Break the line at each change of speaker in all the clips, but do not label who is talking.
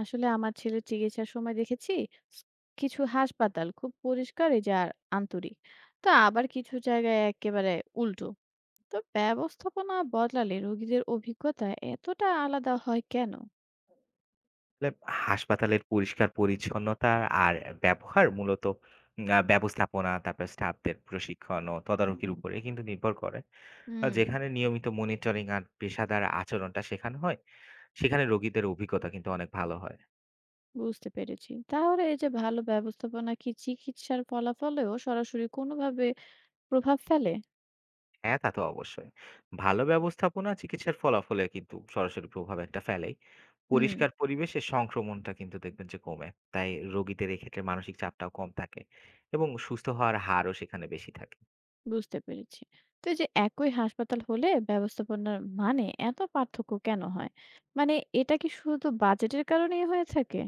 আসলে আমার ছেলের চিকিৎসার সময় দেখেছি, স- কিছু হাসপাতাল খুব পরিষ্কার এই যে আর আন্তরিক, তো আবার কিছু জায়গায় একেবারে উল্টো। তো ব্যবস্থাপনা বদলালে রোগীদের অভিজ্ঞতা এতটা আলাদা হয় কেন?
আসলে হাসপাতালের পরিষ্কার-পরিচ্ছন্নতা আর ব্যবহার মূলত উম আ ব্যবস্থাপনা, তারপর স্টাফদের প্রশিক্ষণ ও তদারকির উপরে কিন্তু নির্ভর করে।
হুম।
যেখানে নিয়মিত মনিটরিং আর পেশাদার আচরণটা শেখানো হয়, সেখানে রোগীদের অভিজ্ঞতা কিন্তু অনেক ভালো হয়।
বুঝতে পেরেছি, তাহলে এই যে ভালো ব্যবস্থাপনা কি চিকিৎসার ফলাফলেও সরাসরি কোনোভাবে প্রভাব ফেলে?
হ্যাঁ, তা তো অবশ্যই। ভালো ব্যবস্থাপনা চিকিৎসার ফলাফলে কিন্তু সরাসরি প্রভাব একটা ফেলেই।
হুম।
পরিষ্কার পরিবেশে সংক্রমণটা কিন্তু দেখবেন যে কমে। তাই রোগীদের এক্ষেত্রে মানসিক চাপটাও কম থাকে এবং সুস্থ হওয়ার হারও সেখানে বেশি থাকে।
বুঝতে পেরেছি। তো এই যে একই হাসপাতাল হলে ব্যবস্থাপনার মানে এত পার্থক্য কেন হয়? মানে এটা কি শুধু বাজেটের কারণেই হয়ে থাকে?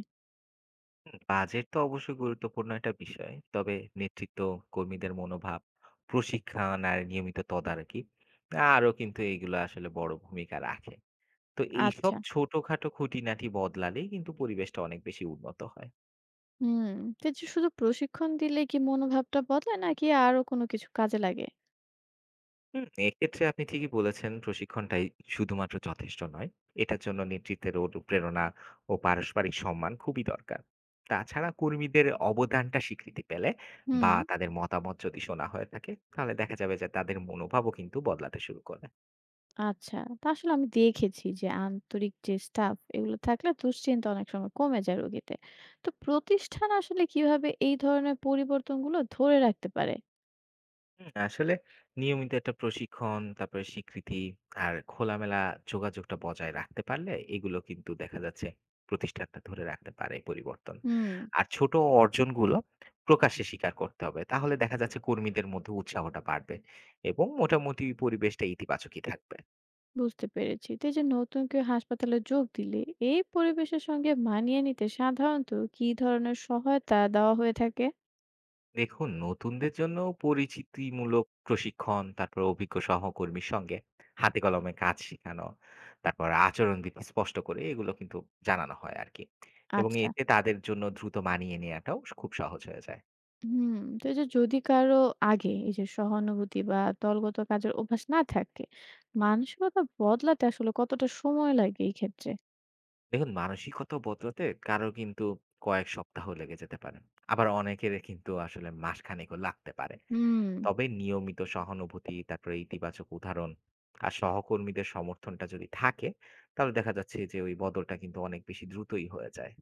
বাজেট তো অবশ্যই গুরুত্বপূর্ণ একটা বিষয়। তবে নেতৃত্ব, কর্মীদের মনোভাব, প্রশিক্ষণ আর নিয়মিত তদারকি আরও কিন্তু এগুলো আসলে বড় ভূমিকা রাখে। তো এইসব
আচ্ছা।
ছোটখাটো খুঁটিনাটি বদলালেই কিন্তু পরিবেশটা অনেক বেশি উন্নত হয়।
হুম। তো এই যে শুধু প্রশিক্ষণ দিলে কি মনোভাবটা বদলায় নাকি আরো কোনো কিছু কাজে লাগে?
হুম, এক্ষেত্রে আপনি ঠিকই বলেছেন, প্রশিক্ষণটাই শুধুমাত্র যথেষ্ট নয়। এটার জন্য নেতৃত্বের অনুপ্রেরণা ও পারস্পরিক সম্মান খুবই দরকার। তাছাড়া কর্মীদের অবদানটা স্বীকৃতি পেলে
হুম।
বা তাদের মতামত যদি শোনা হয়ে থাকে, তাহলে দেখা যাবে যে তাদের মনোভাবও কিন্তু বদলাতে শুরু করবে।
আচ্ছা, তা আসলে আমি দেখেছি যে আন্তরিক যে স্টাফ এগুলো থাকলে দুশ্চিন্তা অনেক সময় কমে যায় রোগীতে। তো প্রতিষ্ঠান আসলে কিভাবে এই ধরনের পরিবর্তনগুলো ধরে রাখতে পারে?
হুম, আসলে নিয়মিত একটা প্রশিক্ষণ, তারপরে স্বীকৃতি আর খোলামেলা যোগাযোগটা বজায় রাখতে পারলে এগুলো কিন্তু দেখা যাচ্ছে প্রতিষ্ঠানটা ধরে রাখতে পারে পরিবর্তন।
হুম।
আর ছোট অর্জনগুলো প্রকাশ্যে স্বীকার করতে হবে। তাহলে দেখা যাচ্ছে কর্মীদের মধ্যে উৎসাহটা বাড়বে এবং মোটামুটি পরিবেশটা ইতিবাচকই থাকবে।
বুঝতে পেরেছি। তো এই যে নতুন কেউ হাসপাতালে যোগ দিলে এই পরিবেশের সঙ্গে মানিয়ে নিতে সাধারণত কি ধরনের সহায়তা দেওয়া হয়ে থাকে?
দেখুন, নতুনদের জন্য পরিচিতিমূলক প্রশিক্ষণ, তারপর অভিজ্ঞ সহকর্মীর সঙ্গে হাতে কলমে কাজ শেখানো, তারপর আচরণবিধি স্পষ্ট করে এগুলো কিন্তু জানানো হয় আরকি। এবং
আচ্ছা।
এতে তাদের জন্য দ্রুত মানিয়ে নেয়াটাও খুব সহজ হয়ে যায়।
হুম। তো এই যে যদি কারো আগে এই যে সহানুভূতি বা দলগত কাজের অভ্যাস না থাকে, মানসিকতা বদলাতে আসলে কতটা সময় লাগে এই ক্ষেত্রে?
দেখুন, মানসিকতা বদলাতে কারো কিন্তু কয়েক সপ্তাহ লেগে যেতে পারে। আবার অনেকের কিন্তু আসলে মাসখানেকও লাগতে পারে।
হুম।
তবে নিয়মিত সহানুভূতি, তারপরে ইতিবাচক উদাহরণ আর সহকর্মীদের সমর্থনটা যদি থাকে, তাহলে দেখা যাচ্ছে যে ওই বদলটা কিন্তু অনেক বেশি দ্রুতই হয়ে যায়।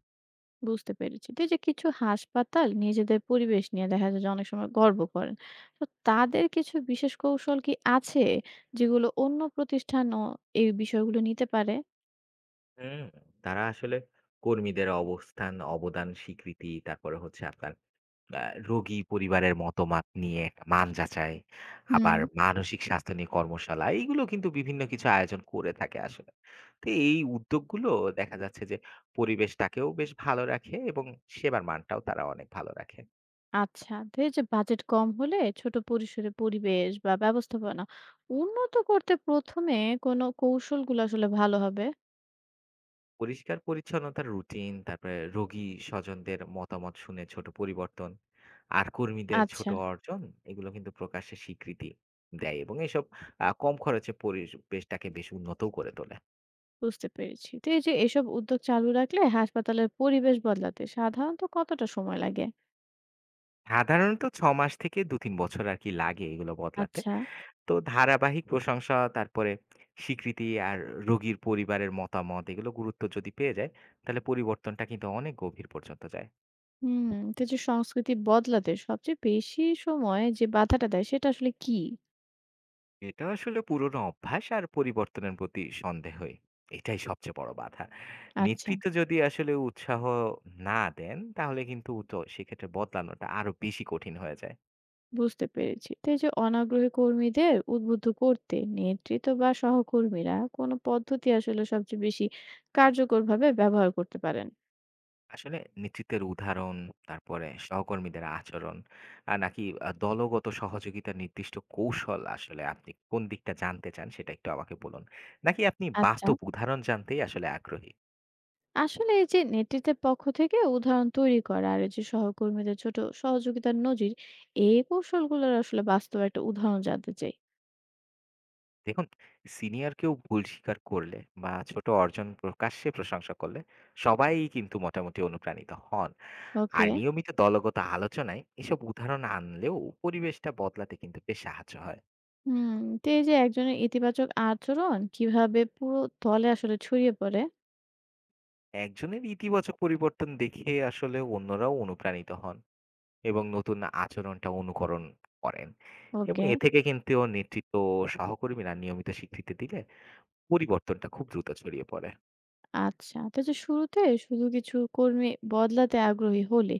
বুঝতে পেরেছি। তো এই যে কিছু হাসপাতাল নিজেদের পরিবেশ নিয়ে দেখা যায় যে অনেক সময় গর্ব করেন। তো তাদের কিছু বিশেষ কৌশল কি আছে যেগুলো অন্য প্রতিষ্ঠানও এই বিষয়গুলো নিতে পারে?
হুম, তারা আসলে কর্মীদের অবস্থান, অবদান, স্বীকৃতি, তারপরে হচ্ছে আপনার আ রোগী পরিবারের মতামত নিয়ে একটা মান যাচাই,
হুম।
আবার মানসিক স্বাস্থ্য নিয়ে কর্মশালা, এইগুলো কিন্তু বিভিন্ন কিছু আয়োজন করে থাকে আসলে। তো এই উদ্যোগগুলো দেখা যাচ্ছে যে পরিবেশটাকেও বেশ ভালো রাখে এবং সেবার মানটাও তারা অনেক ভালো রাখে।
আচ্ছা। তো এই যে বাজেট কম হলে ছোট পরিসরে পরিবেশ বা ব্যবস্থাপনা উন্নত করতে ১ম এ কোন কৌশলগুলো আসলে ভালো হবে?
পরিষ্কার পরিচ্ছন্নতার রুটিন, তারপরে রোগী স্বজনদের মতামত শুনে ছোট পরিবর্তন আর কর্মীদের ছোট
আচ্ছা,
অর্জন এগুলো কিন্তু প্রকাশ্যে স্বীকৃতি দেয় এবং এসব কম খরচে পরিবেশটাকে বেশ উন্নতও করে তোলে।
বুঝতে পেরেছি। তো এই যে এসব উদ্যোগ চালু রাখলে হাসপাতালের পরিবেশ বদলাতে সাধারণত কতটা সময় লাগে?
সাধারণত ৬ মাস থেকে ২-৩ বছর আর কি লাগে এগুলো বদলাতে।
আচ্ছা।
তো ধারাবাহিক প্রশংসা, তারপরে স্বীকৃতি আর রোগীর পরিবারের মতামত এগুলো গুরুত্ব যদি পেয়ে যায়, তাহলে পরিবর্তনটা কিন্তু অনেক গভীর পর্যন্ত যায়।
হুম, তো যে সংস্কৃতি বদলাতে সবচেয়ে বেশি সময় যে বাধাটা দেয় সেটা আসলে কি?
এটা আসলে পুরনো অভ্যাস আর পরিবর্তনের প্রতি সন্দেহই এটাই সবচেয়ে বড় বাধা।
আচ্ছা।
নেতৃত্ব যদি আসলে উৎসাহ না দেন তাহলে কিন্তু তো সেক্ষেত্রে বদলানোটা আরো বেশি কঠিন হয়ে যায়।
বুঝতে পেরেছি। তো এই যে অনাগ্রহী কর্মীদের উদ্বুদ্ধ করতে নেতৃত্ব বা সহকর্মীরা কোন পদ্ধতি আসলে সবচেয়ে বেশি কার্যকরভাবে ব্যবহার করতে পারেন?
আসলে নেতৃত্বের উদাহরণ, তারপরে সহকর্মীদের আচরণ আর নাকি দলগত সহযোগিতার নির্দিষ্ট কৌশল, আসলে আপনি কোন দিকটা জানতে চান সেটা একটু আমাকে বলুন, নাকি আপনি
আচ্ছা,
বাস্তব উদাহরণ জানতেই আসলে আগ্রহী।
আসলে এই যে নেতৃত্বের পক্ষ থেকে উদাহরণ তৈরি করা আর এই যে সহকর্মীদের ছোট সহযোগিতার নজির, এই কৌশলগুলোর আসলে বাস্তব একটা উদাহরণ জানতে চাই।
দেখুন, সিনিয়র কেউ ভুল স্বীকার করলে বা ছোট অর্জন প্রকাশ্যে প্রশংসা করলে সবাই কিন্তু মোটামুটি অনুপ্রাণিত হন। আর
ওকে।
নিয়মিত দলগত আলোচনায় এসব উদাহরণ আনলেও পরিবেশটা বদলাতে কিন্তু বেশ সাহায্য হয়।
হুম, তো এই যে একজনের ইতিবাচক আচরণ কিভাবে পুরো দলে আসলে ছড়িয়ে পড়ে?
একজনের ইতিবাচক পরিবর্তন দেখে আসলে অন্যরাও অনুপ্রাণিত হন এবং নতুন আচরণটা অনুকরণ করেন। এবং
ওকে।
এ থেকে কিন্তু নেতৃত্ব ও সহকর্মীরা নিয়মিত স্বীকৃতি দিলে পরিবর্তনটা খুব দ্রুত ছড়িয়ে পড়ে।
আচ্ছা। তো যে শুরুতে শুধু কিছু কর্মী বদলাতে আগ্রহী হলে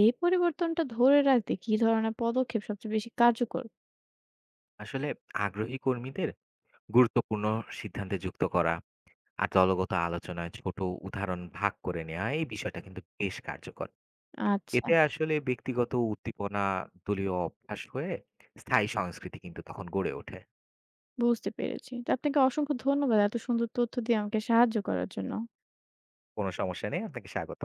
এই পরিবর্তনটা ধরে রাখতে কি ধরনের পদক্ষেপ সবচেয়ে বেশি কার্যকর?
আসলে আগ্রহী কর্মীদের গুরুত্বপূর্ণ সিদ্ধান্তে যুক্ত করা আর দলগত আলোচনায় ছোট উদাহরণ ভাগ করে নেওয়া এই বিষয়টা কিন্তু বেশ কার্যকর।
আচ্ছা,
এতে আসলে ব্যক্তিগত উদ্দীপনা দলীয় অভ্যাস হয়ে স্থায়ী সংস্কৃতি কিন্তু তখন গড়ে ওঠে।
বুঝতে পেরেছি। তো আপনাকে অসংখ্য ধন্যবাদ এত সুন্দর তথ্য দিয়ে আমাকে সাহায্য করার জন্য।
কোনো সমস্যা নেই। আপনাকে স্বাগত।